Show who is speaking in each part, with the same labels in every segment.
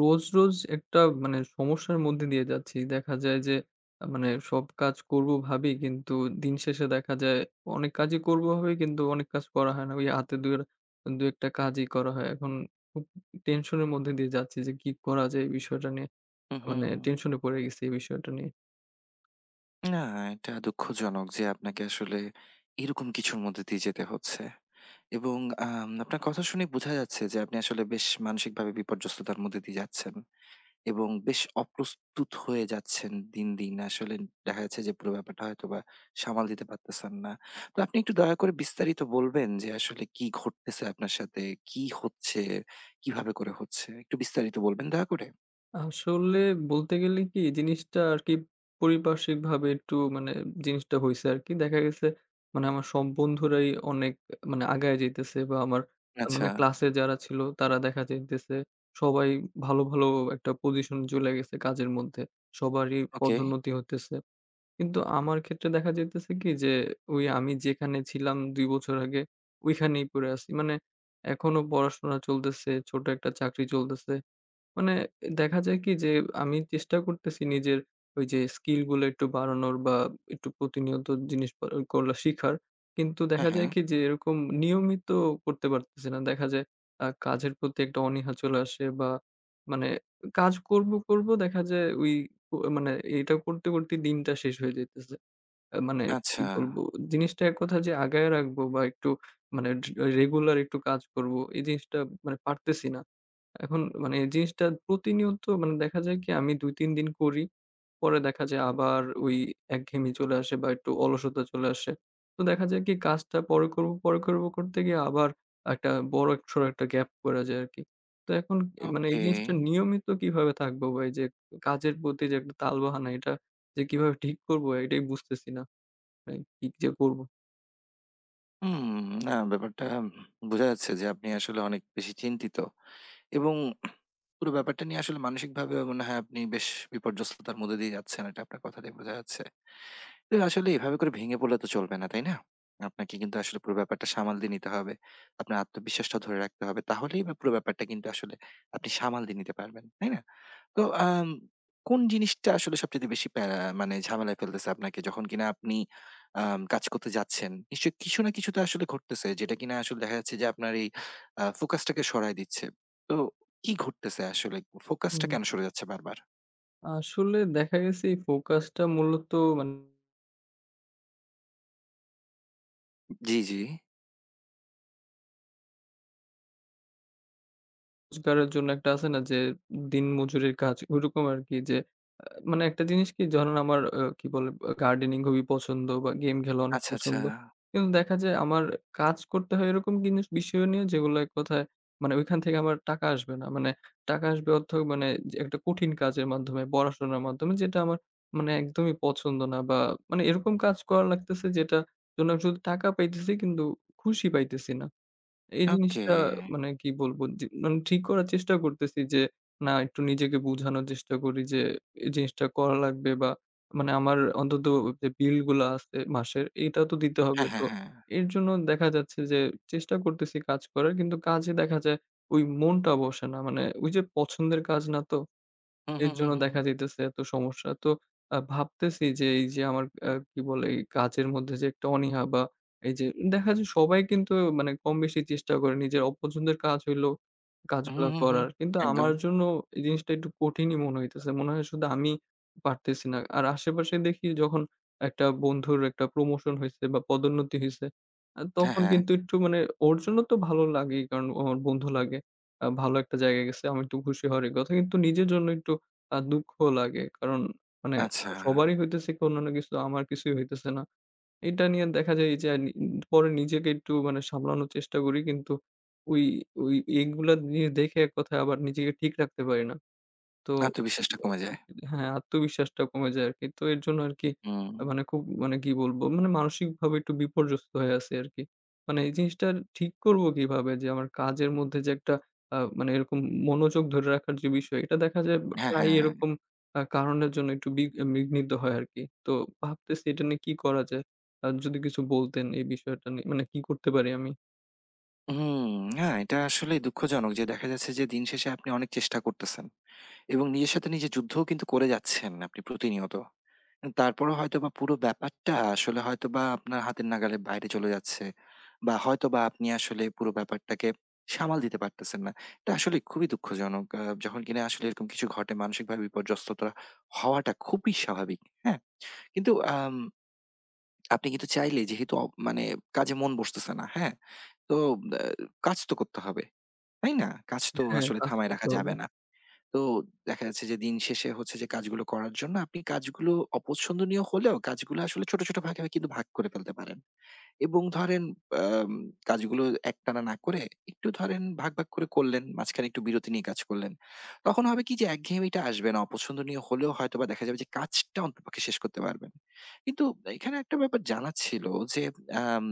Speaker 1: রোজ, রোজ একটা মানে সমস্যার মধ্যে দিয়ে যাচ্ছি। দেখা যায় যে মানে সব কাজ করব ভাবি, কিন্তু দিন শেষে দেখা যায় অনেক কাজই করব ভাবি, কিন্তু অনেক কাজ করা হয় না। ওই হাতে দুয়ের ২ ১ টা কাজই করা হয়। এখন খুব টেনশনের মধ্যে দিয়ে যাচ্ছি যে কি করা যায় এই বিষয়টা নিয়ে।
Speaker 2: হুম, হুম,
Speaker 1: মানে
Speaker 2: হুম।
Speaker 1: টেনশনে পড়ে গেছি এই বিষয়টা নিয়ে।
Speaker 2: না, এটা দুঃখজনক যে আপনাকে আসলে এরকম কিছুর মধ্যে দিয়ে যেতে হচ্ছে। এবং আপনার কথা শুনে বোঝা যাচ্ছে যে আপনি আসলে বেশ মানসিকভাবে বিপর্যস্ততার মধ্যে দিয়ে যাচ্ছেন এবং বেশ অপ্রস্তুত হয়ে যাচ্ছেন দিন, দিন। আসলে দেখা যাচ্ছে যে পুরো ব্যাপারটা হয়তোবা সামাল দিতে পারতেছেন না। তো আপনি একটু দয়া করে বিস্তারিত বলবেন যে আসলে কি ঘটতেছে আপনার সাথে? কি হচ্ছে? কিভাবে করে হচ্ছে? একটু বিস্তারিত বলবেন দয়া করে?
Speaker 1: আসলে বলতে গেলে কি জিনিসটা আরকি, পারিপার্শ্বিকভাবে একটু মানে জিনিসটা হইছে আরকি। দেখা গেছে মানে আমার সব বন্ধুরাই অনেক মানে আগায় যাইতেছে, বা আমার
Speaker 2: আচ্ছা,
Speaker 1: মানে ক্লাসে যারা ছিল তারা দেখা যাইতেছে সবাই ভালো, ভালো একটা পজিশন চলে গেছে কাজের মধ্যে। সবারই
Speaker 2: ওকে।
Speaker 1: পদোন্নতি হতেছে। কিন্তু আমার ক্ষেত্রে দেখা যাইতেছে কি যে, ওই আমি যেখানে ছিলাম ২ বছর আগে ওইখানেই পড়ে আছি। মানে এখনো পড়াশোনা চলতেছে, ছোট একটা চাকরি চলতেছে। মানে দেখা যায় কি যে আমি চেষ্টা করতেছি নিজের ওই যে স্কিল গুলো একটু বাড়ানোর, বা একটু প্রতিনিয়ত জিনিস করলা শিখার। কিন্তু
Speaker 2: হ্যাঁ,
Speaker 1: দেখা
Speaker 2: হ্যাঁ।
Speaker 1: যায় কি যে এরকম নিয়মিত করতে পারতেছি না। দেখা যায় কাজের প্রতি একটা অনীহা চলে আসে, বা মানে কাজ করব, করব দেখা যায় ওই মানে এটা করতে, করতে দিনটা শেষ হয়ে যাইতেছে। মানে কি
Speaker 2: আচ্ছা।
Speaker 1: বলবো? জিনিসটা এক কথা যে আগায় রাখবো, বা একটু মানে রেগুলার একটু কাজ করব। এই জিনিসটা মানে পারতেছি না। এখন মানে এই জিনিসটা প্রতিনিয়ত মানে দেখা যায় কি, আমি ২-৩ দিন করি। পরে দেখা যায় আবার ওই একঘেয়েমি চলে আসে, বা একটু অলসতা চলে আসে। তো দেখা যায় কি, কাজটা পরে করব, পরে করব করতে গিয়ে আবার একটা বড়সড় একটা গ্যাপ পড়ে যায় আরকি। তো এখন মানে এই
Speaker 2: ওকে।
Speaker 1: জিনিসটা নিয়মিত কিভাবে থাকবো ভাই? যে কাজের প্রতি যে একটা তালবাহানা, এটা যে কিভাবে ঠিক করব এটাই বুঝতেছি না। মানে কি যে করব?
Speaker 2: হুম, না, ব্যাপারটা বোঝা যাচ্ছে যে আপনি আসলে অনেক বেশি চিন্তিত এবং পুরো ব্যাপারটা নিয়ে আসলে মানসিকভাবেও মনে হয় আপনি বেশ বিপর্যস্ততার মধ্যে দিয়ে যাচ্ছেন। এটা আপনার কথা দিয়ে বোঝা যাচ্ছে। তো আসলে এভাবে করে ভেঙে পড়লে তো চলবে না, তাই না? আপনাকে কিন্তু আসলে পুরো ব্যাপারটা সামাল দিয়ে নিতে হবে। আপনার আত্মবিশ্বাসটা ধরে রাখতে হবে। তাহলেই বা পুরো ব্যাপারটা কিন্তু আসলে আপনি সামাল দিয়ে নিতে পারবেন, তাই না? তো কোন জিনিসটা আসলে সবচাইতে বেশি প্যারা মানে ঝামেলায় ফেলতেছে আপনাকে? যখন কিনা আপনি কাজ করতে যাচ্ছেন, নিশ্চয়ই কিছু না কিছু তো আসলে ঘটতেছে যেটা কিনা আসলে দেখা যাচ্ছে যে আপনার এই ফোকাসটাকে সরায় দিচ্ছে। তো কি ঘটতেছে আসলে? ফোকাসটা
Speaker 1: হুম।
Speaker 2: কেন সরে যাচ্ছে বারবার?
Speaker 1: আসলে দেখা গেছে এই ফোকাসটা মূলত মানে
Speaker 2: জি, জি।
Speaker 1: রোজগারের জন্য একটা আছে না, যে দিনমজুরের কাজ ওইরকম আরকি। যে মানে একটা জিনিস কি, ধরেন আমার কি বলে, গার্ডেনিং খুবই পছন্দ বা গেম খেলা অনেক
Speaker 2: আচ্ছা, আচ্ছা।
Speaker 1: পছন্দ। কিন্তু দেখা যায় আমার কাজ করতে হয় এরকম জিনিস বিষয় নিয়ে, যেগুলো এক কথায় মানে ওইখান থেকে আমার টাকা আসবে না। মানে টাকা আসবে অর্থ মানে যে একটা কঠিন কাজের মাধ্যমে, পড়াশোনার মাধ্যমে, যেটা আমার মানে একদমই পছন্দ না, বা মানে এরকম কাজ করা লাগতেছে যেটা জন্য আমি শুধু টাকা পাইতেছি, কিন্তু খুশি পাইতেছি না। এই
Speaker 2: ওকে।
Speaker 1: জিনিসটা মানে কি বলবো? যে মানে ঠিক করার চেষ্টা করতেছি যে, না একটু নিজেকে বুঝানোর চেষ্টা করি যে, এই জিনিসটা করা লাগবে, বা মানে আমার অন্তত যে বিল গুলা আছে মাসের, এটা তো দিতে হবে।
Speaker 2: হ্যাঁ,
Speaker 1: তো
Speaker 2: হ্যাঁ, হ্যাঁ।
Speaker 1: এর জন্য দেখা যাচ্ছে যে চেষ্টা করতেছি কাজ করার। কিন্তু কাজে দেখা যায় ওই মনটা বসে না। মানে ওই যে পছন্দের কাজ না, তো
Speaker 2: হুম,
Speaker 1: এর
Speaker 2: হুম, হুম,
Speaker 1: জন্য
Speaker 2: হুম,
Speaker 1: দেখা
Speaker 2: হুম।
Speaker 1: যাইতেছে এত সমস্যা। তো ভাবতেছি যে, এই যে আমার কি বলে, এই কাজের মধ্যে যে একটা অনীহা, বা এই যে দেখা যায় সবাই কিন্তু মানে কম বেশি চেষ্টা করে নিজের অপছন্দের কাজ হইলেও
Speaker 2: হুম,
Speaker 1: কাজগুলা
Speaker 2: হুম, হুম।
Speaker 1: করার। কিন্তু
Speaker 2: একদম।
Speaker 1: আমার জন্য এই জিনিসটা একটু কঠিনই মনে হইতেছে। মনে হয় শুধু আমি পারতেছি না। আর আশেপাশে দেখি যখন একটা বন্ধুর একটা প্রমোশন হইছে বা পদোন্নতি হইছে,
Speaker 2: হ্যাঁ,
Speaker 1: তখন
Speaker 2: হ্যাঁ।
Speaker 1: কিন্তু একটু মানে ওর জন্য তো ভালো লাগেই, কারণ ও আমার বন্ধু লাগে। ভালো একটা জায়গায় গেছে। আমি একটু খুশি হওয়ারই কথা। কিন্তু নিজের জন্য একটু দুঃখ লাগে। কারণ মানে
Speaker 2: আচ্ছা।
Speaker 1: সবারই হইতেছে কোনো না কিছু, আমার কিছুই হইতেছে না। এটা নিয়ে দেখা যায় যে, পরে নিজেকে একটু মানে সামলানোর চেষ্টা করি। কিন্তু ওই, ওই এগুলা নিয়ে দেখে এক কথায় আবার নিজেকে ঠিক রাখতে পারি না। তো
Speaker 2: আত্মবিশ্বাসটা কমে যায়।
Speaker 1: হ্যাঁ, আত্মবিশ্বাসটা কমে যায় আরকি। তো এর জন্য আরকি মানে
Speaker 2: হুম।
Speaker 1: খুব মানে কি বলবো? মানে মানসিকভাবে একটু বিপর্যস্ত হয়ে আছি আরকি। মানে এই জিনিসটা ঠিক করব কিভাবে? যে আমার কাজের মধ্যে যে একটা মানে এরকম মনোযোগ ধরে রাখার যে বিষয়, এটা দেখা যায়
Speaker 2: হ্যাঁ,
Speaker 1: প্রায়ই
Speaker 2: হ্যাঁ।
Speaker 1: এরকম কারণের জন্য একটু বিঘ্নিত হয় আরকি। তো ভাবতেছি এটা নিয়ে কি করা যায়? যদি কিছু বলতেন এই বিষয়টা নিয়ে, মানে কি করতে পারি আমি?
Speaker 2: হুম। হ্যাঁ, এটা আসলেই দুঃখজনক যে দেখা যাচ্ছে যে দিন শেষে আপনি অনেক চেষ্টা করতেছেন এবং নিজের সাথে নিজে যুদ্ধও কিন্তু করে যাচ্ছেন আপনি প্রতিনিয়ত। তারপরেও হয়তোবা পুরো ব্যাপারটা আসলে হয়তোবা আপনার হাতের নাগালের বাইরে চলে যাচ্ছে বা হয়তোবা আপনি আসলে পুরো ব্যাপারটাকে সামাল দিতে পারতেছেন না। এটা আসলে খুবই দুঃখজনক। যখন কিনা আসলে এরকম কিছু ঘটে মানসিকভাবে বিপর্যস্ততা হওয়াটা খুবই স্বাভাবিক। হ্যাঁ? কিন্তু আপনি কিন্তু চাইলে যেহেতু মানে কাজে মন বসতেছে না, হ্যাঁ? তো আ কাজ তো করতে হবে। তাই না? কাজ তো
Speaker 1: হ্যাঁ,
Speaker 2: আসলে
Speaker 1: কাজ
Speaker 2: থামায়
Speaker 1: করতে
Speaker 2: রাখা
Speaker 1: হবে।
Speaker 2: যাবে না। তো দেখা যাচ্ছে যে দিন শেষে হচ্ছে যে কাজগুলো করার জন্য আপনি কাজগুলো অপছন্দনীয় হলেও কাজগুলো আসলে ছোট, ছোট ভাগে কিন্তু ভাগ করে ফেলতে পারেন। এবং ধরেন আম কাজগুলো একটানা না করে একটু ধরেন ভাগ, ভাগ করে করলেন। মাঝখানে একটু বিরতি নিয়ে কাজ করলেন। তখন হবে কি যে একঘেয়েমিটা আসবে না। অপছন্দনীয় হলেও হয়তোবা দেখা যাবে যে কাজটা অন্ততপক্ষে শেষ করতে পারবেন। কিন্তু এখানে একটা ব্যাপার জানা ছিল যে আম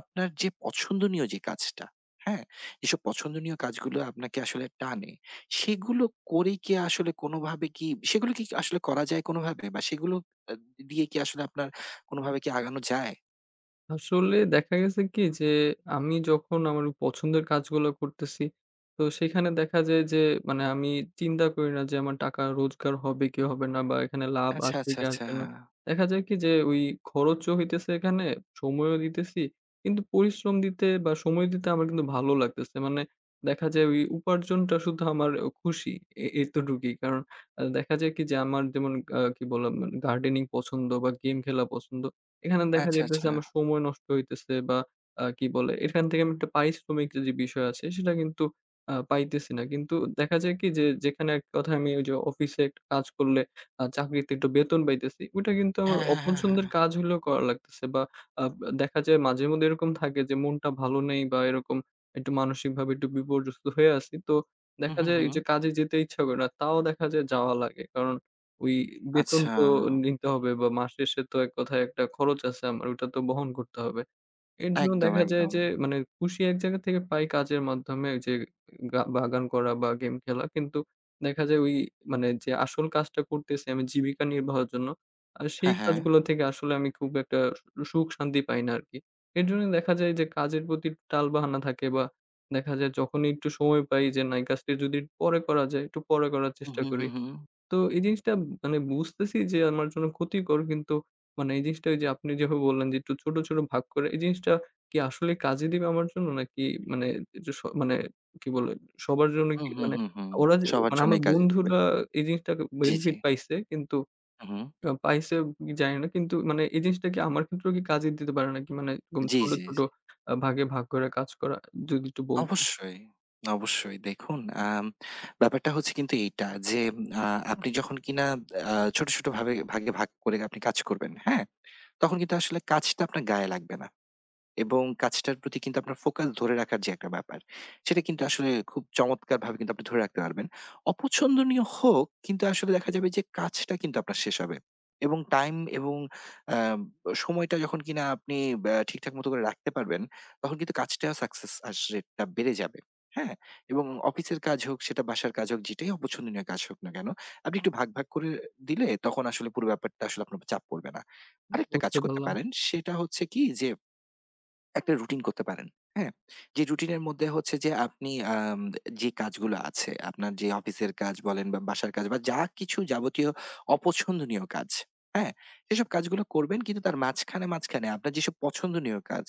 Speaker 2: আপনার যে পছন্দনীয় যে কাজটা, হ্যাঁ? এসব পছন্দনীয় কাজগুলো আপনাকে আসলে টানে। সেগুলো করে কি আসলে কোনোভাবে কি সেগুলো কি আসলে করা যায় কোনোভাবে? বা সেগুলো আ দিয়ে কি আসলে আপনার কোনোভাবে কি আগানো যায়?
Speaker 1: আসলে দেখা গেছে কি যে, আমি যখন আমার পছন্দের কাজগুলো করতেছি, তো সেখানে দেখা যায় যে মানে আমি চিন্তা করি না যে আমার টাকা রোজগার হবে কি হবে না, বা এখানে লাভ
Speaker 2: আচ্ছা,
Speaker 1: আসবে
Speaker 2: আচ্ছা,
Speaker 1: কি
Speaker 2: আচ্ছা।
Speaker 1: আসবে না। দেখা যায় কি যে, ওই খরচও হইতেছে এখানে, সময়ও দিতেছি। কিন্তু পরিশ্রম দিতে বা সময় দিতে আমার কিন্তু ভালো লাগতেছে। মানে দেখা যায় ওই উপার্জনটা শুধু আমার খুশি, এতটুকুই। কারণ দেখা যায় কি যে, আমার যেমন কি বললাম মানে গার্ডেনিং পছন্দ বা গেম খেলা পছন্দ। এখানে দেখা
Speaker 2: আচ্ছা,
Speaker 1: যাইতেছে
Speaker 2: আচ্ছা।
Speaker 1: আমার সময় নষ্ট হইতেছে, বা কি বলে? এখান থেকে আমি একটা পারিশ্রমিক যে, যে বিষয় আছে সেটা কিন্তু পাইতেছি না। কিন্তু দেখা যায় কি যে, যেখানে এক কথায় আমি ওই যে অফিসে একটা কাজ করলে চাকরিতে একটু বেতন পাইতেছি। ওইটা কিন্তু আমার
Speaker 2: হ্যাঁ, হ্যাঁ, হ্যাঁ,
Speaker 1: অপছন্দের
Speaker 2: হ্যাঁ।
Speaker 1: কাজ হলেও করা লাগতেছে, বা আ দেখা যায় মাঝে মধ্যে এরকম থাকে যে, মনটা ভালো নেই, বা এরকম একটু মানসিকভাবে একটু বিপর্যস্ত হয়ে আছি। তো
Speaker 2: হু,
Speaker 1: দেখা
Speaker 2: হু,
Speaker 1: যায়
Speaker 2: হু।
Speaker 1: এই যে কাজে যেতে ইচ্ছা করে না। তাও দেখা যায় যাওয়া লাগে। কারণ ওই বেতন
Speaker 2: আচ্ছা।
Speaker 1: তো নিতে হবে, বা মাস শেষে তো এক কথায় একটা খরচ আছে আমার, ওইটা তো বহন করতে হবে। এর জন্য
Speaker 2: একদম,
Speaker 1: দেখা যায়
Speaker 2: একদম।
Speaker 1: যে, মানে খুশি এক জায়গা থেকে পাই কাজের মাধ্যমে ওই যে বাগান করা বা গেম খেলা। কিন্তু দেখা যায় ওই মানে যে আসল কাজটা করতেছি আমি জীবিকা নির্বাহের জন্য, আর সেই
Speaker 2: হ্যাঁ, হ্যাঁ।
Speaker 1: কাজগুলো থেকে আসলে আমি খুব একটা সুখ শান্তি পাই না আরকি। এর জন্য দেখা যায় যে, কাজের প্রতি টালবাহানা থাকে, বা দেখা যায় যখনই একটু সময় পাই যে না এই কাজটি যদি পরে করা যায়, একটু পরে করার
Speaker 2: হু,
Speaker 1: চেষ্টা
Speaker 2: হু, হু,
Speaker 1: করি।
Speaker 2: হু।
Speaker 1: তো এই জিনিসটা মানে বুঝতেছি যে আমার জন্য ক্ষতিকর। কিন্তু মানে এই জিনিসটা ওই যে আপনি যেভাবে বললেন যে একটু ছোট, ছোট ভাগ করে, এই জিনিসটা কি আসলে কাজে দিবে আমার জন্য? নাকি মানে যে মানে কি বলে? সবার জন্য
Speaker 2: হু,
Speaker 1: কি
Speaker 2: হু,
Speaker 1: মানে,
Speaker 2: হু, হু।
Speaker 1: ওরা যে
Speaker 2: সবার
Speaker 1: মানে আমার
Speaker 2: জন্যই কাজে দিবে।
Speaker 1: বন্ধুরা এই জিনিসটাকে
Speaker 2: জি, জি।
Speaker 1: বেনিফিট পাইছে, কিন্তু
Speaker 2: হু, হু।
Speaker 1: পাইছে কি জানি না। কিন্তু মানে এই জিনিসটা কি আমার ক্ষেত্রেও কি কাজে দিতে পারে নাকি? মানে এরকম
Speaker 2: জি,
Speaker 1: ছোট,
Speaker 2: জি,
Speaker 1: ছোট
Speaker 2: জি।
Speaker 1: ভাগে ভাগ করে কাজ করা, যদি একটু বলতেন।
Speaker 2: অবশ্যই, অবশ্যই। দেখুন, ব্যাপারটা হচ্ছে কিন্তু এইটা যে আ আপনি যখন কিনা ছোট, ছোট ভাবে ভাগে ভাগ করে আপনি কাজ করবেন, হ্যাঁ? তখন কিন্তু আসলে কাজটা আপনার গায়ে লাগবে না। এবং কাজটার প্রতি কিন্তু আপনার ফোকাস ধরে রাখার যে একটা ব্যাপার, সেটা কিন্তু আসলে খুব চমৎকারভাবে কিন্তু আপনি ধরে রাখতে পারবেন। অপছন্দনীয় হোক, কিন্তু আসলে দেখা যাবে যে কাজটা কিন্তু আপনার শেষ হবে এবং টাইম এবং আ সময়টা যখন কিনা আপনি ঠিকঠাক মতো করে রাখতে পারবেন, তখন কিন্তু কাজটা সাকসেস আস রেটটা বেড়ে যাবে। হ্যাঁ? এবং অফিসের কাজ হোক, সেটা বাসার কাজ হোক, যেটাই অপছন্দনীয় কাজ হোক না কেন, আপনি একটু ভাগ, ভাগ করে দিলে তখন আসলে পুরো ব্যাপারটা আসলে আপনার উপর চাপ পড়বে না। আরেকটা কাজ
Speaker 1: বুঝতে
Speaker 2: করতে
Speaker 1: পারলাম।
Speaker 2: পারেন, সেটা হচ্ছে কি যে একটা রুটিন করতে পারেন। হ্যাঁ? যে রুটিনের মধ্যে হচ্ছে যে আপনি যে কাজগুলো আছে, আপনার যে অফিসের কাজ বলেন বা বাসার কাজ বা যা কিছু যাবতীয় অপছন্দনীয় কাজ, হ্যাঁ? সেসব কাজগুলো করবেন কিন্তু তার মাঝখানে, মাঝখানে আপনার যেসব পছন্দনীয় কাজ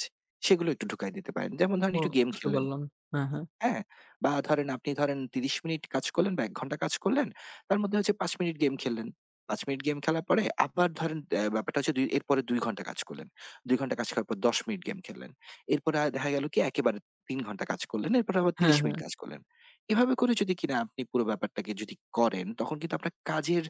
Speaker 2: সেগুলো একটু ঢুকায় দিতে পারেন। যেমন ধরেন
Speaker 1: ও,
Speaker 2: একটু গেম
Speaker 1: বুঝতে
Speaker 2: খেললেন।
Speaker 1: পারলাম। হ্যাঁ, হ্যাঁ।
Speaker 2: হ্যাঁ, বা ধরেন আপনি ধরেন ৩০ মিনিট কাজ করলেন বা ১ ঘন্টা কাজ করলেন। তার মধ্যে হচ্ছে ৫ মিনিট গেম খেললেন। ৫ মিনিট গেম খেলার পরে আবার ধরেন ব্যাপারটা হচ্ছে এরপরে ২ ঘন্টা কাজ করলেন। ২ ঘন্টা কাজ করার পর ১০ মিনিট গেম খেললেন। এরপরে দেখা গেল কি একেবারে ৩ ঘন্টা কাজ করলেন। এরপরে আবার
Speaker 1: হ্যাঁ,
Speaker 2: ৩০
Speaker 1: হ্যাঁ।
Speaker 2: মিনিট কাজ করলেন। এভাবে করে যদি কিনা আপনি পুরো ব্যাপারটাকে যদি করেন, তখন কিন্তু আপনার কাজের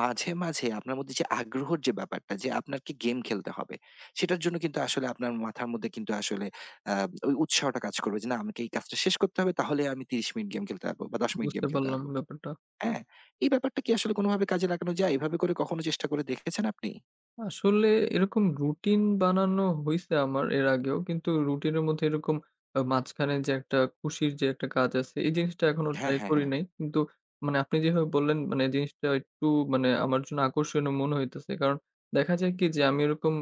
Speaker 2: মাঝে, মাঝে আপনার মধ্যে যে আগ্রহর যে ব্যাপারটা যে আপনাকে গেম খেলতে হবে, সেটার জন্য কিন্তু আসলে আপনার মাথার মধ্যে কিন্তু আসলে আ ওই উৎসাহটা কাজ করবে যে, "না, আমাকে এই কাজটা শেষ করতে হবে তাহলে আমি ৩০ মিনিট গেম খেলতে পারবো বা ১০ মিনিট গেম
Speaker 1: বুঝতে
Speaker 2: খেলতে
Speaker 1: পারলাম
Speaker 2: পারবো।"
Speaker 1: ব্যাপারটা।
Speaker 2: হ্যাঁ? এই ব্যাপারটা কি আসলে কোনভাবে কাজে লাগানো যায়? এভাবে করে কখনো চেষ্টা করে দেখেছেন আপনি?
Speaker 1: আসলে এরকম রুটিন বানানো হইছে আমার এর আগেও। কিন্তু রুটিনের মধ্যে এরকম মাঝখানে যে একটা খুশির যে একটা কাজ আছে, এই জিনিসটা এখনো
Speaker 2: হ্যাঁ,
Speaker 1: ট্রাই
Speaker 2: হ্যাঁ,
Speaker 1: করি
Speaker 2: হ্যাঁ।
Speaker 1: নাই। কিন্তু মানে আপনি যেভাবে বললেন মানে জিনিসটা একটু মানে আমার জন্য আকর্ষণীয় মনে হইতেছে। কারণ দেখা যায় কি যে আমি এরকম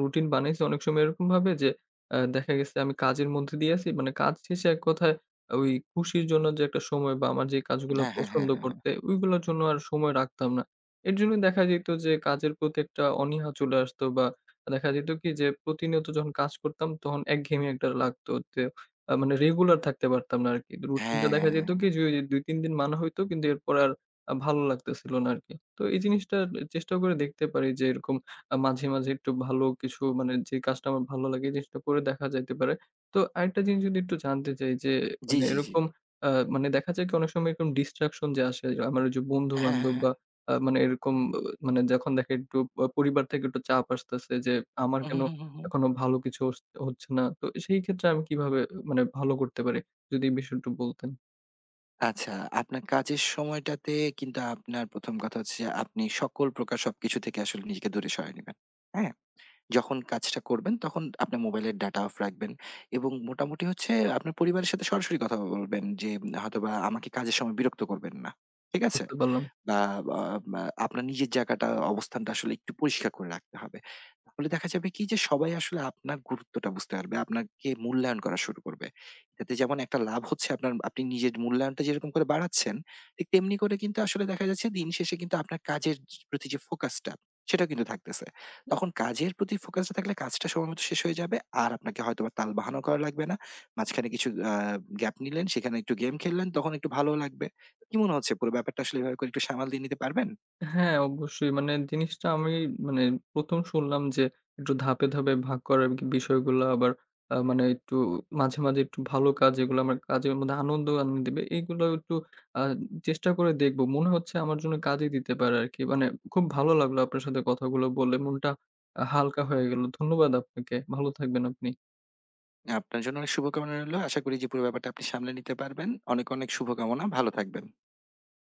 Speaker 1: রুটিন বানাইছি অনেক সময় এরকমভাবে যে, দেখা গেছে আমি কাজের মধ্যে দিয়ে আছি। মানে কাজ শেষে এক কথায় ওই খুশির জন্য যে একটা সময় বা আমার যে কাজগুলো
Speaker 2: হ্যাঁ, হ্যাঁ,
Speaker 1: পছন্দ
Speaker 2: হ্যাঁ, হ্যাঁ।
Speaker 1: করতে, ওইগুলোর জন্য আর সময় রাখতাম না। এর জন্য দেখা যেত যে, কাজের প্রতি একটা অনীহা চলে আসতো, বা দেখা যেত কি যে, প্রতিনিয়ত যখন কাজ করতাম তখন একঘেয়েমি একটা লাগতো। যে মানে রেগুলার থাকতে পারতাম না আরকি। রুটিনটা দেখা যেত কি
Speaker 2: হ্যাঁ।
Speaker 1: যে, ওই ২-৩ দিন মানা হইতো, কিন্তু এরপর আর ভালো লাগতেছিল না আরকি। তো এই জিনিসটা চেষ্টা করে দেখতে পারি যে, এরকম মাঝে, মাঝে একটু ভালো কিছু মানে যে কাজটা আমার ভালো লাগে, এই জিনিসটা করে দেখা যাইতে পারে। তো আরেকটা জিনিস যদি একটু জানতে চাই, যে
Speaker 2: জি,
Speaker 1: মানে
Speaker 2: জি, জি।
Speaker 1: এরকম আ মানে দেখা যায় কি, অনেক সময় এরকম ডিস্ট্রাকশন যে আসে আমার, ওই যে
Speaker 2: হ্যাঁ, হ্যাঁ,
Speaker 1: বন্ধু-বান্ধব,
Speaker 2: হ্যাঁ।
Speaker 1: বা মানে এরকম মানে যখন দেখে একটু পরিবার থেকে একটু চাপ আসতেছে যে আমার
Speaker 2: হুম,
Speaker 1: কেন
Speaker 2: হুম, হুম, হুম, হুম।
Speaker 1: এখনো ভালো কিছু হচ্ছে না। তো সেই ক্ষেত্রে আমি কিভাবে মানে ভালো করতে পারি? যদি এই বিষয়ে একটু বলতেন।
Speaker 2: আচ্ছা, আপনার কাজের সময়টাতে কিন্তু আপনার ১ম কথা হচ্ছে যে আপনি সকল প্রকার সবকিছু থেকে আসলে নিজেকে দূরে সরায় নিবেন। হ্যাঁ? যখন কাজটা করবেন তখন আপনার মোবাইলের ডাটা অফ রাখবেন এবং মোটামুটি হচ্ছে আপনার পরিবারের সাথে সরাসরি কথা বলবেন যে হয়তোবা আমাকে কাজের সময় বিরক্ত করবেন না। ঠিক আছে?
Speaker 1: বুঝতে পারলাম।
Speaker 2: বা বা মা আপনার নিজের জায়গাটা, অবস্থানটা আসলে একটু পরিষ্কার করে রাখতে হবে। তাহলে দেখা যাবে কি যে সবাই আসলে আপনার গুরুত্বটা বুঝতে পারবে, আপনাকে মূল্যায়ন করা শুরু করবে। এটাতে যেমন একটা লাভ হচ্ছে আপনার আপনি নিজের মূল্যায়নটা যেরকম করে বাড়াচ্ছেন, ঠিক তেমনি করে কিন্তু আসলে দেখা যাচ্ছে দিন শেষে কিন্তু আপনার কাজের প্রতি যে ফোকাসটা, সেটাও কিন্তু থাকতেছে। তখন কাজের প্রতি ফোকাসটা থাকলে কাজটা সময়মতো শেষ হয়ে যাবে। আর আপনাকে হয়তোবা তালবাহানাও করা লাগবে না। মাঝখানে কিছু গ্যাপ নিলেন, সেখানে একটু গেম খেললেন, তখন একটু ভালোও লাগবে। কি মনে হচ্ছে পুরো ব্যাপারটা আসলে এভাবে করে একটু সামাল দিয়ে নিতে পারবেন?
Speaker 1: হ্যাঁ, অবশ্যই। মানে জিনিসটা আমি মানে ১ম শুনলাম, যে একটু ধাপে, ধাপে ভাগ করার বিষয়গুলা আবার মানে একটু মাঝে, মাঝে একটু ভালো কাজ যেগুলো আমার কাজের মধ্যে আনন্দ আনি দিবে, এইগুলো একটু আ চেষ্টা করে দেখব। মনে হচ্ছে আমার জন্য কাজে দিতে পারে আরকি। মানে খুব ভালো লাগলো আপনার সাথে কথাগুলো বলে। মনটা হালকা হয়ে গেল। ধন্যবাদ আপনাকে। ভালো থাকবেন আপনি।
Speaker 2: আপনার জন্য অনেক শুভকামনা রইলো। আশা করি যে পুরো ব্যাপারটা আপনি সামলে নিতে পারবেন। অনেক, অনেক শুভকামনা। ভালো থাকবেন।